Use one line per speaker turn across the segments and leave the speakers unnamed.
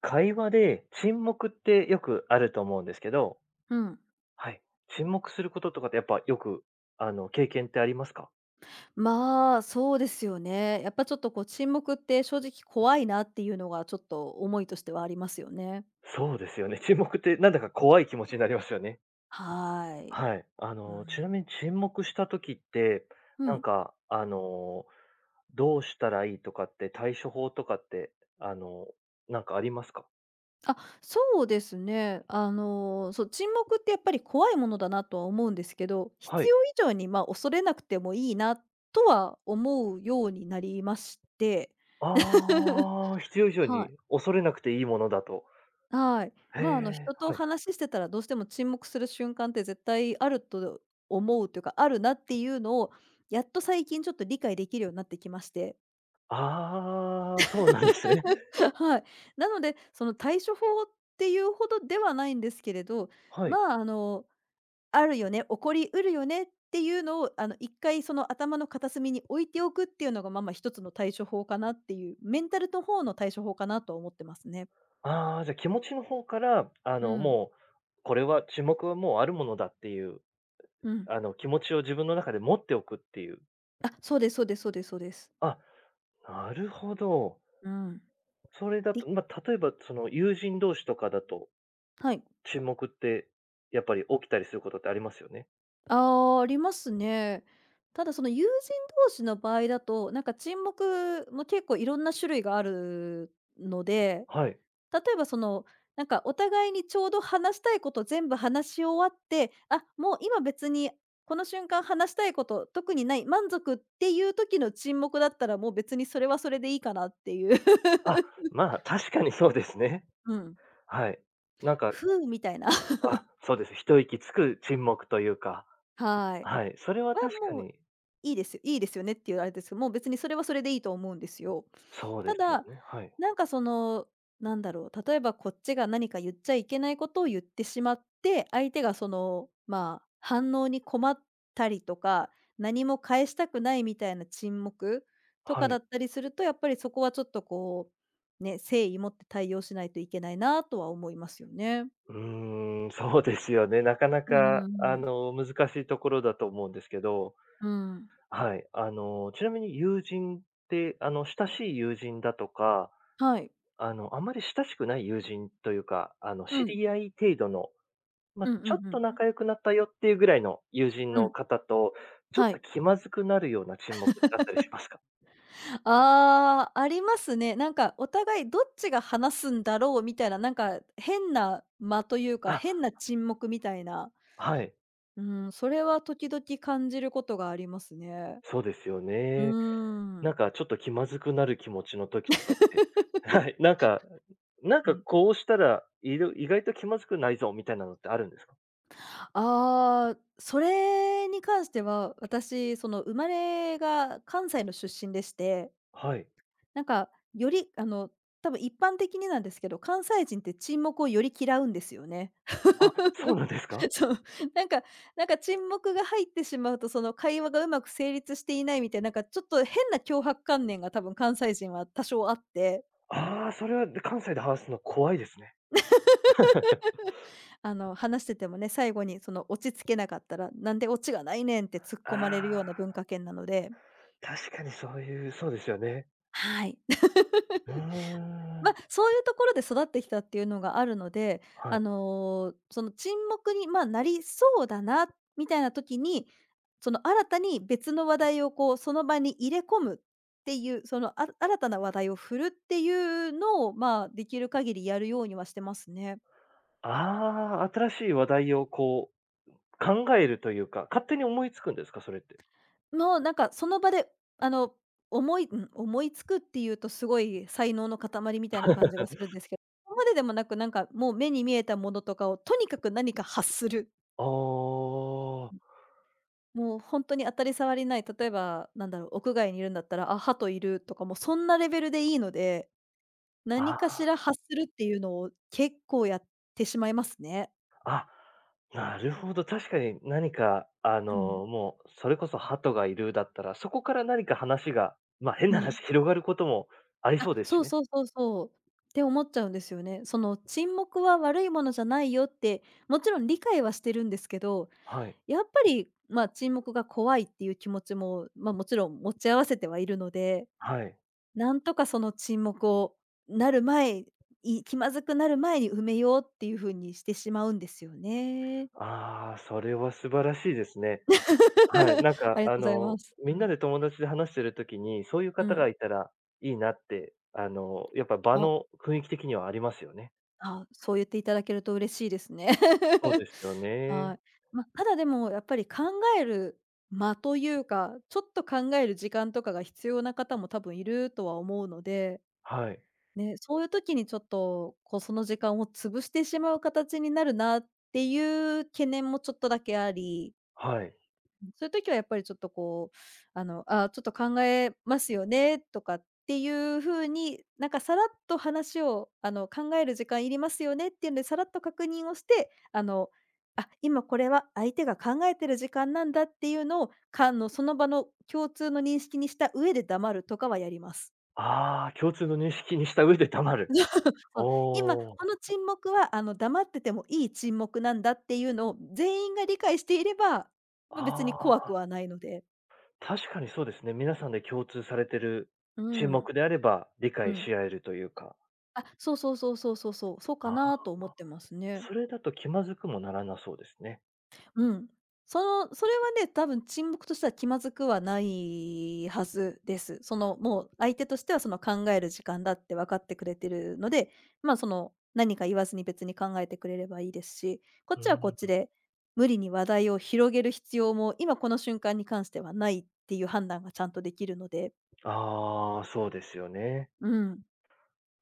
会話で沈黙ってよくあると思うんですけど、
うん。
はい。沈黙することとかってやっぱよく、経験ってありますか？
まあ、そうですよね。やっぱちょっとこう沈黙って正直怖いなっていうのがちょっと思いとしてはありますよね。
そうですよね。沈黙ってなんだか怖い気持ちになりますよね。
はい。
はい。
う
ちな
ん。
みに沈黙した時って、
う
なん
ん。
か、あの、どうしたらいいとかって対処法とかって、あの、なんかありますか？
あ、そうですね。そう、沈黙ってやっぱり怖いものだなとは思うんですけど、
は
必
い。
要以上にまあ恐れなくてもいいなとは思うようになりまして。
ああ、必要以上
はい。
に恐れなくていいものだと。
はい。
へ
まあ、
え、
人と
はい。
話してたらどうしても沈黙する瞬間って絶対あると思うというか、あるなっていうのを、やっと最近ちょっと理解できるようになってきまして。
ああ、そうなんですね。
はい。なので、その対処法っていうほどではないんですけれど、
はい。
まあ、あるよね、起こりうるよねっていうのを、一回その頭の片隅に置いておくっていうのが、まあまあ一つの対処法かなっていう、メンタルの方の対処法かなと思ってますね。
ああ、じゃ、気持ちの方から、
うん。
もう、これは注目はもうあるものだっていう、
うん。
気持ちを自分の中で持っておくっていう。
あ、そうですそうですそうですそうです。
あ、なるほど。
うん。
それだと、まあ、例えば、その、友人同士とかだと、
はい。
沈黙って、やっぱり起きたりすることってありますよね。
ああ、ありますね。ただその友人同士の場合だと、なんか沈黙も結構いろんな種類があるので、
はい。
例えばその、なんかお互いにちょうど話したいこと全部話し終わって、あ、もう今別にこの瞬間話したいこと特にない満足っていう時の沈黙だったらもう別にそれはそれでいいかなっていう。
あ、まあ、確かにそうですね。
うん。
はい。なんか、
ふうみたいな。
あ、そうです。一息つく沈黙というか、
はい。
はい、それは
は
確か
もう
に
いいですよいいですよねっていうあれですけど、もう別にそれはそれでいいと思うんですよ。
そうで
た
すよ
だ、
ね。はい。
なんかその、なんだろう、例えばこっちが何か言っちゃいけないことを言ってしまって、相手がその、まあ、反応に困ったりとか、何も返したくないみたいな沈黙と
は
かだ
い。
ったりすると、やっぱりそこはちょっとこう、ね、誠意持って対応しないといけないなとは思いますよね。
うーん、そうですよね。なかな
うん
か、
うんう
難しいところだと思うんですけど、
ん、うん。
はい。ちなみに友人って、親しい友人だとか、
はい。
あまり親しくない友人というか、知
うん。
り合い程度の、ま
う
あ、
んう
ちょっ
んう
と
ん。
仲良くなったよっていうぐらいの友人
う
の
ん。
方と、ちょっ
はい。
と気まずくなるような沈黙ってあったりしますか？
ああ、ありますね。なんかお互いどっちが話すんだろうみたいな、なんか変な間というか、変
あ、
な沈黙みたいな。
はい、
うん、それは時々感じることがありますね。
そうですよ
う
ね。
ー
な
ん。
んかちょっと気まずくなる気持ちの時とかって、はい、なんかなん
う
か
ん。
こうしたら、意外と気まずくないぞみたいなのってあるんですか？
ああ、それに関しては、私、その生まれが関西の出身でして、
はい。
なんか、より、多分一般的になんですけど、関西人って沈黙をより嫌うんですよね。
あ、そう なんですか？
そう、なんかなんか沈黙が入ってしまうと、その会話がうまく成立していないみたいな、なんかちょっと変な脅迫観念が多分関西人は多少あって、
ああー、それは関西で話すの怖いですね。
話しててもね、最後にその落ち着けなかったら、なんでオチがないねんって突っ
あ
込まれるような
あ、
文化圏なので。
確かにそういう、そうですよね。
はい。
うー
ま、
ん。
そういうところで育ってきたっていうのがあるので、
はい。
その沈黙に、ま、なりそうだなみたいな時に、その新たに別の話題をこうその場に入れ込むっていう、そのあ新たな話題を振るっていうのを、ま、できる限りやるようにはしてますね。
ああ、新しい話題をこう考えるというか、勝手に思いつくんですか？それって。
もうなんかその場であの、思いうん、思いつくっていうとすごい才能の塊みたいな感じがするんですけど、そこまででもなく、なんかもう目に見えたものとかをとにかく何か発する。
ああ、
もう本当に当たり障りない、例えば、なんだろう、屋外にいるんだったら、あ、鳩いるとか、もうそんなレベルでいいので、
あ
何かしら
あ。
発するっていうのを結構やってしまいますね。
あ、なるほど。確かに何か、
うん。
もう、それこそ鳩がいるだったら、そこから何か話が、まあ、変
う
な話
ん。
広がることもあり
あ、
そうです
そ
し
う
ね。
そうそうそう。って思っちゃうんですよね。その沈黙は悪いものじゃないよって、もちろん理解はしてるんですけど、
はい。
やっぱり、まあ、沈黙が怖いっていう気持ちも、まあ、もちろん持ち合わせてはいるので、
はい。
なんとかその沈黙をなる前い気まずくなる前に埋めようっていう風にしてしまうんですよね。
ああ、それは素晴らしいですね。はい。
ありがとうございます。う
みん
ん、
なで友達で話してる時に、そういう
う
方
ん。
がいたらいいなって、やっぱ場
あ、
の雰囲気的にはありますよね。
あ、そう言っていただけると嬉しいですね。
そうで すよ
は
ね。
い。ま、ただでもやっぱり考える間というか、ちょっと考える時間とかが必要な方も多分いるとは思うので
はい。
ね、そういう時にちょっと、こう、その時間を潰してしまう形になるなっていう懸念もちょっとだけあり、
はい。
そういう時はやっぱりちょっとこう、「あちょっと考えますよね」とかっていう風に、なんかさらっと話を、「考える時間いりますよね」っていうので、さらっと確認をして、「あ、今これは相手が考えてる時間なんだ」っていうのを、かのその場の共通の認識にした上で黙るとかはやります。
ああ、共通の認識にした上でたまる。
そう、今こ
おお。
の沈黙は、黙っててもいい沈黙なんだっていうのを全員が理解していれば、まあ、
あ
別に怖くは
あ。
ないので。
確かにそうですね。皆さんで共通されてる
う
沈
ん。
黙であれば、理
う
解
ん。
し合えるというか。
あ、そうそうそうそうそうそう、そうか
あ
な
あ、
と思ってますね。
それだと気まずくもならなそうですね。
うん。その、それはね、多分沈黙としては気まずくはないはずです。その、もう相手としてはその考える時間だって分かってくれてるので、まあ、その、何か言わずに別に考えてくれればいいですし、こっ
う
ちはこ
ー
っち
ん。
で無理に話題を広げる必要も今この瞬間に関してはないっていう判断がちゃんとできるので。
ああ、そうですよね。
うん。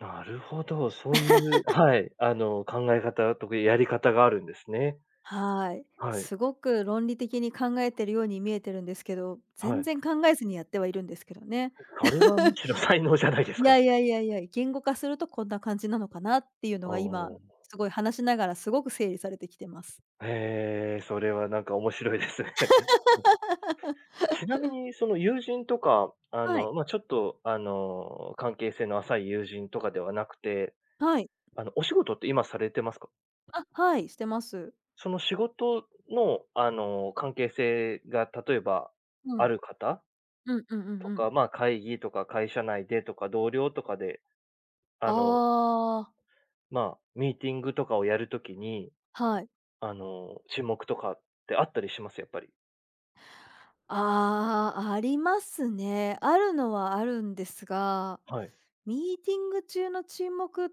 なるほど、そういう、はい、考え方とかやり方があるんですね。
はい。
はい、
すごく論理的に考えてるように見えてるんですけど、
は
全
い。
然考えずにやってはいるんですけどね。
それはむしろ才能じゃないです
いや
か。
いやいやいや、言語化するとこんな感じなのかなっていうの
お
が今、
お、
すごい話しながらすごく整理されてきてます。
へえ、それはなんか面白いですね。ちなみに、その友人とか、
はい。
まあ、ちょっと、関係性の浅い友人とかではなくて、
はい。
お仕事って今されてますか？
あ、はい、してます。
その仕事の、関係性が例えば
う
あ
ん。
る方
うんうんうん
と
うん。
か、まあ、会議とか会社内でとか同僚とかで、あ
あ
の、
あ、
まあ、ミーティングとかをやるときに、
はい。
沈黙とかってあったりします？やっぱり。
ああ、ありますね。あるのはあるんですが、
はい。
ミーティング中の沈黙っ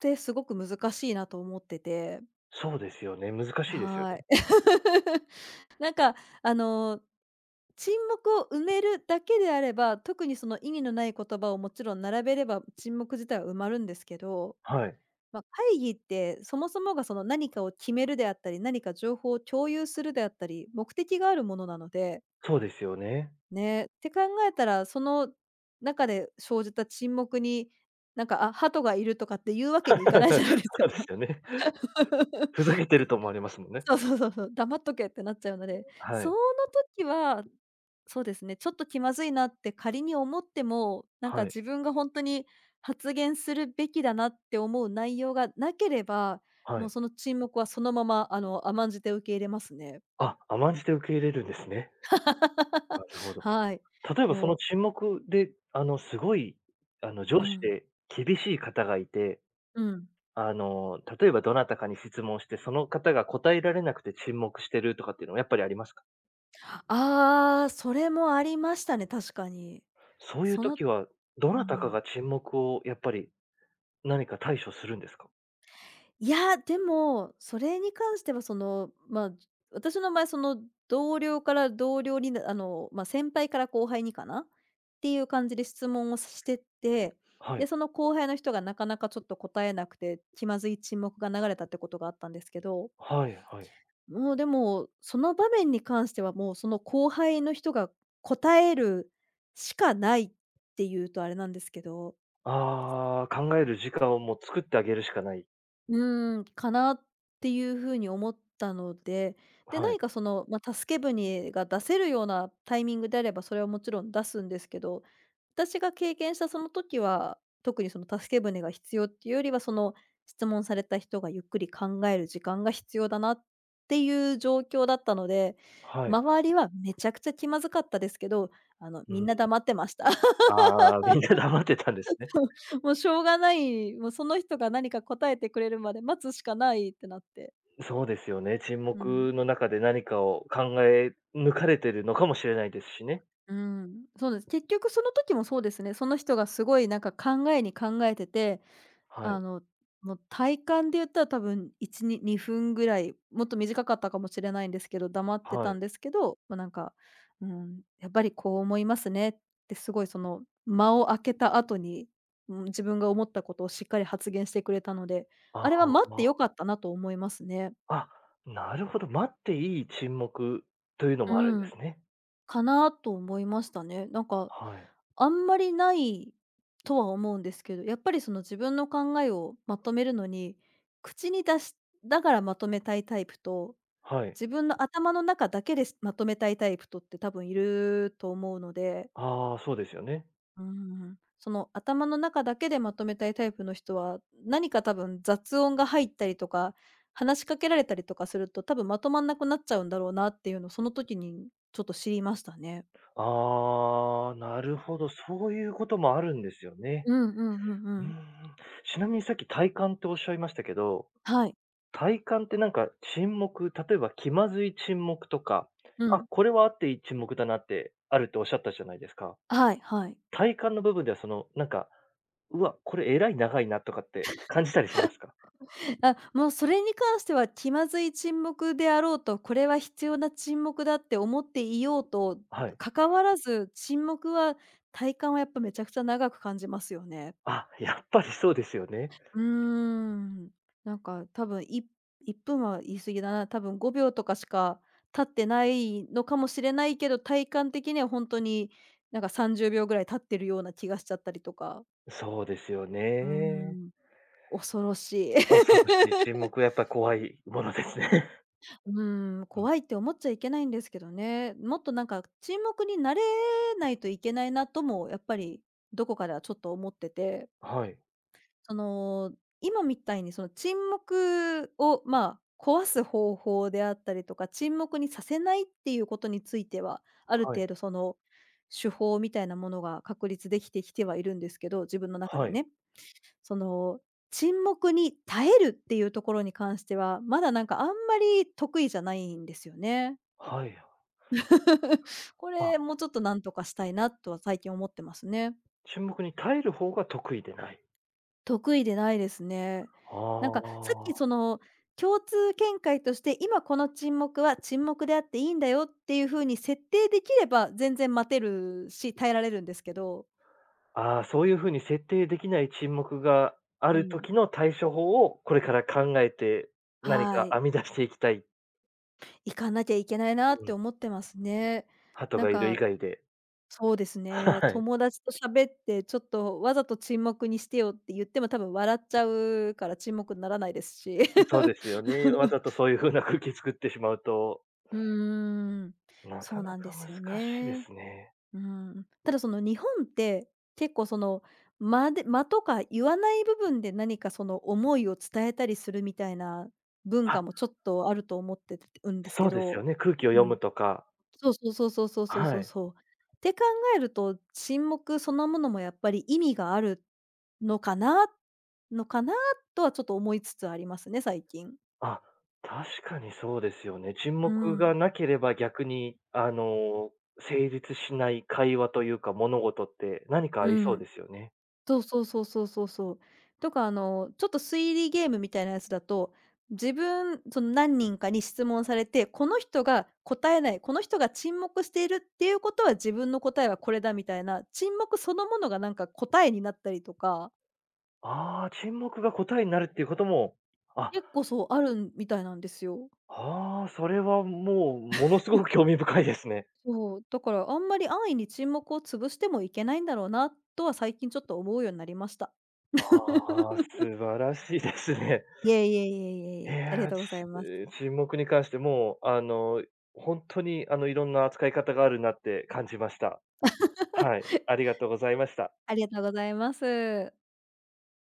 てすごく難しいなと思ってて。
そうですよね、難しいですよ
はい。
ね。
なんか、あの、沈黙を埋めるだけであれば、特にその意味のない言葉をもちろん並べれば、沈黙自体は埋まるんですけど、
はい。
まあ、会議ってそもそもがその何かを決めるであったり、何か情報を共有するであったり、目的があるものなので、
そうですよね。
ね、って考えたら、その中で生じた沈黙に、なんか、あ、鳩がいるとかっていうわ け
そ
にいかないじゃないですか。
うですよね。ふざけ
っ
てる
て
と思われますもんね。
そうそうそうそう、黙っとけってなっちゃうので、
は
その
い。
時は、そうですね、ちょっと気まずいなって仮に思っても、なんか
はい。
自分が本当に発言するべきだなって思う内容がなければ、
は
もう
い。
その沈黙はそのまま、甘んじて受け入れますね。
あ、甘んじて受け入れるんですね。なるほ ど。
はい。
例えばそ
も
の
う
沈黙で、すごい、
う
上司
ん、
で厳しい方がいて、
うん。
例えばどなたかに質問して、その方が答えられなくて沈黙してるとかっていうのはやっぱりありますか？
あああ、それもありましたね、確かに。
そういう
その
時は、ど
う
なたか
ん。
が沈黙をやっぱり何か対処するんですか？
それに関しては私の場合同僚から同僚に先輩から後輩にかな、っていう感じで質問をしてって、
は
で、
い。
その後輩の人がなかなかちょっと答えなくて、気まずい沈黙が流れたってことがあったんですけど、
はいはい。
もうでも、その場面に関してはもうその後輩の人が答えるしかないっていうとあれなんですけど、
ああ、考える時間をもう作ってあげるしかない。
うーん、かなっていう風に思ったので、で、
はい。
助け舟が出せるようなタイミングであれば、それはもちろん出すんですけど、私が経験したその時は、特に助け舟が必要っていうよりは、その質問された人がゆっくり考える時間が必要だなっていう状況だったので、
はい。
周りはめちゃくちゃ気まずかったですけど、
う
みんな
ん。
黙ってました。
ああ、みんな黙ってたんですね。
もうしょうがない、もうその人が何か答えてくれるまで待つしかないってなって。
そうですよね。沈
うん。
黙の中で何かを考え抜かれてるのかもしれないですしね。
うん、そうです。結局その時もそうですね。その人がすごいなんか考えに考えてて、
は
あ
い。
の、もう体感で言ったら多分1、に2分ぐらい、もっと短かったかもしれないんですけど、黙って
は
た
い。
んですけど、うん、やっぱりこう思いますねってすごいその間を空けた後に、うん、自分が思ったことをしっかり発言してくれたので、
あ
あ
あ、
れは待って
ま
良かったなと思いますね。
あ、あ、なるほど。待っていい沈黙というのもある
う
んで
ん。
すね。
かなと思いましたね。
はい。
あんまりないとは思うんですけど、やっぱり自分の考えをまとめるのに、口に出しからまとめたいタイプと、
はい。
自分の頭の中だけでまとめたいタイプとって多分いると思うので、
ああ、そうですよね。
うん。その頭の中だけでまとめたいタイプの人は、多分雑音が入ったりとか、話しかけられたりとかすると、多分まとまんなくなっちゃうんだろうなっていうのをその時にちょっと知りましたね。
ああ、なるほど。そういうこともあるんですよね。
うんうんうんう
うー
ん。
ん。ちなみにさっき体感っておっしゃいましたけど
はい。
体感ってなんか沈黙、例えば気まずい沈黙とか、
う
あ、
ん。
これはあっていい沈黙だなってあるっておっしゃったじゃないですか。
はいはい。
体感の部分ではその、うわ、これえらい長いなとかって感じたりしますか？
あ、もうそれに関しては気まずい沈黙であろうと、これは必要な沈黙だって思っていようと、
はい。
関わらず、沈黙は体感はやっぱめちゃくちゃ長く感じますよね。
あ、やっぱりそうですよね。
うーん。なんか多分い1分は言い過ぎだな。多分5秒とかしか経ってないのかもしれないけど、体感的には本当に30秒ぐらい経ってるような気がしちゃったりとか。
そうですよ
うー
ね。
ん、恐ろしい。
恐ろしい沈黙はやっぱり怖いものですね。
うーん、
うん。
怖いって思っちゃいけないんですけどね。もっとなんか沈黙になれないといけないなともやっぱりどこかではちょっと思ってて、
はい、
その、今みたいに沈黙を、壊す方法であったりとか、沈黙にさせないっていうことについては、ある
はい、
程度手法みたいなものが確立できてきてはいるんですけど、自分の中
は
で
い、
ね。その、沈黙に耐えるっていうところに関しては、まだあんまり得意じゃないんですよね。
はい。
こ
あ、
れ、もうちょっとなんとかしたいなとは最近思ってますね。
沈黙に耐える方が得意でない。
得意でないですね。
あ
さっきそ
あ。
の、共通見解として、今この沈黙は沈黙であっていいんだよっていう風に設定できれば、全然待てるし、耐えられるんですけど、
ああ、そういう風に設定できない沈黙があ
う
る
ん。
時の対処法を、これから考えて、何
は
か
い。
編み出していきたい。
行かなきゃいけないなっ
う
て
ん。
思ってますね。
鳩
なん
がいる以
か
外で。
そうですね。
はい。
友達と喋って、ちょっとわざと沈黙にしてよって言っても多分笑っちゃうから沈黙にならないですし。
そうですよね。わざと そういう風な空気作ってしまうと、
うーん、
な
そ
か
うな
な
んで
か
す
難
よ
しいで
ね。
すね。
うん。ただ日本って結構間で間とか言わない部分で思いを伝えたりするみたいな文化
あ、
もちょっとあると思っててうんです
そ
け
うです
ど。
よね。空気を
う
読
ん。
むとか。
そうそうそうそうそうそう
は
そう
い。
そう。って考えると、沈黙そのものもやっぱり意味があるのかなのかなとはちょっと思いつつありますね、最近。
あ、確かにそうですよね。沈
う
黙
ん。
がなければ逆に、成立しない会話というか、物事って何かあ
う
りそう
ん。
ですよね。
そうそうそうそうそうそう。とか、ちょっと推理ゲームみたいなやつだと、自分何人かに質問されて、この人が答えない、この人が沈黙しているっていうことは自分の答えはこれだみたいな、沈黙そのものが答えになったりとか
ああ、沈黙が答えになるっていうことも、あ、
結構そう、あるみたいなんですよ。
ああ、それはもうものすごく興味深いですね。
そう、だからあんまり安易に沈黙を潰してもいけないんだろうなとは最近ちょっと思うようになりました。
ああ、素晴らしいですね。
いえいえいえいえいえ、ありが
え、
とうござい
ち
ます。
えー沈黙に関してもう、本当に、いろんな扱い方があるなって感じました。はい、あり がとうございました。
ありがとうございます。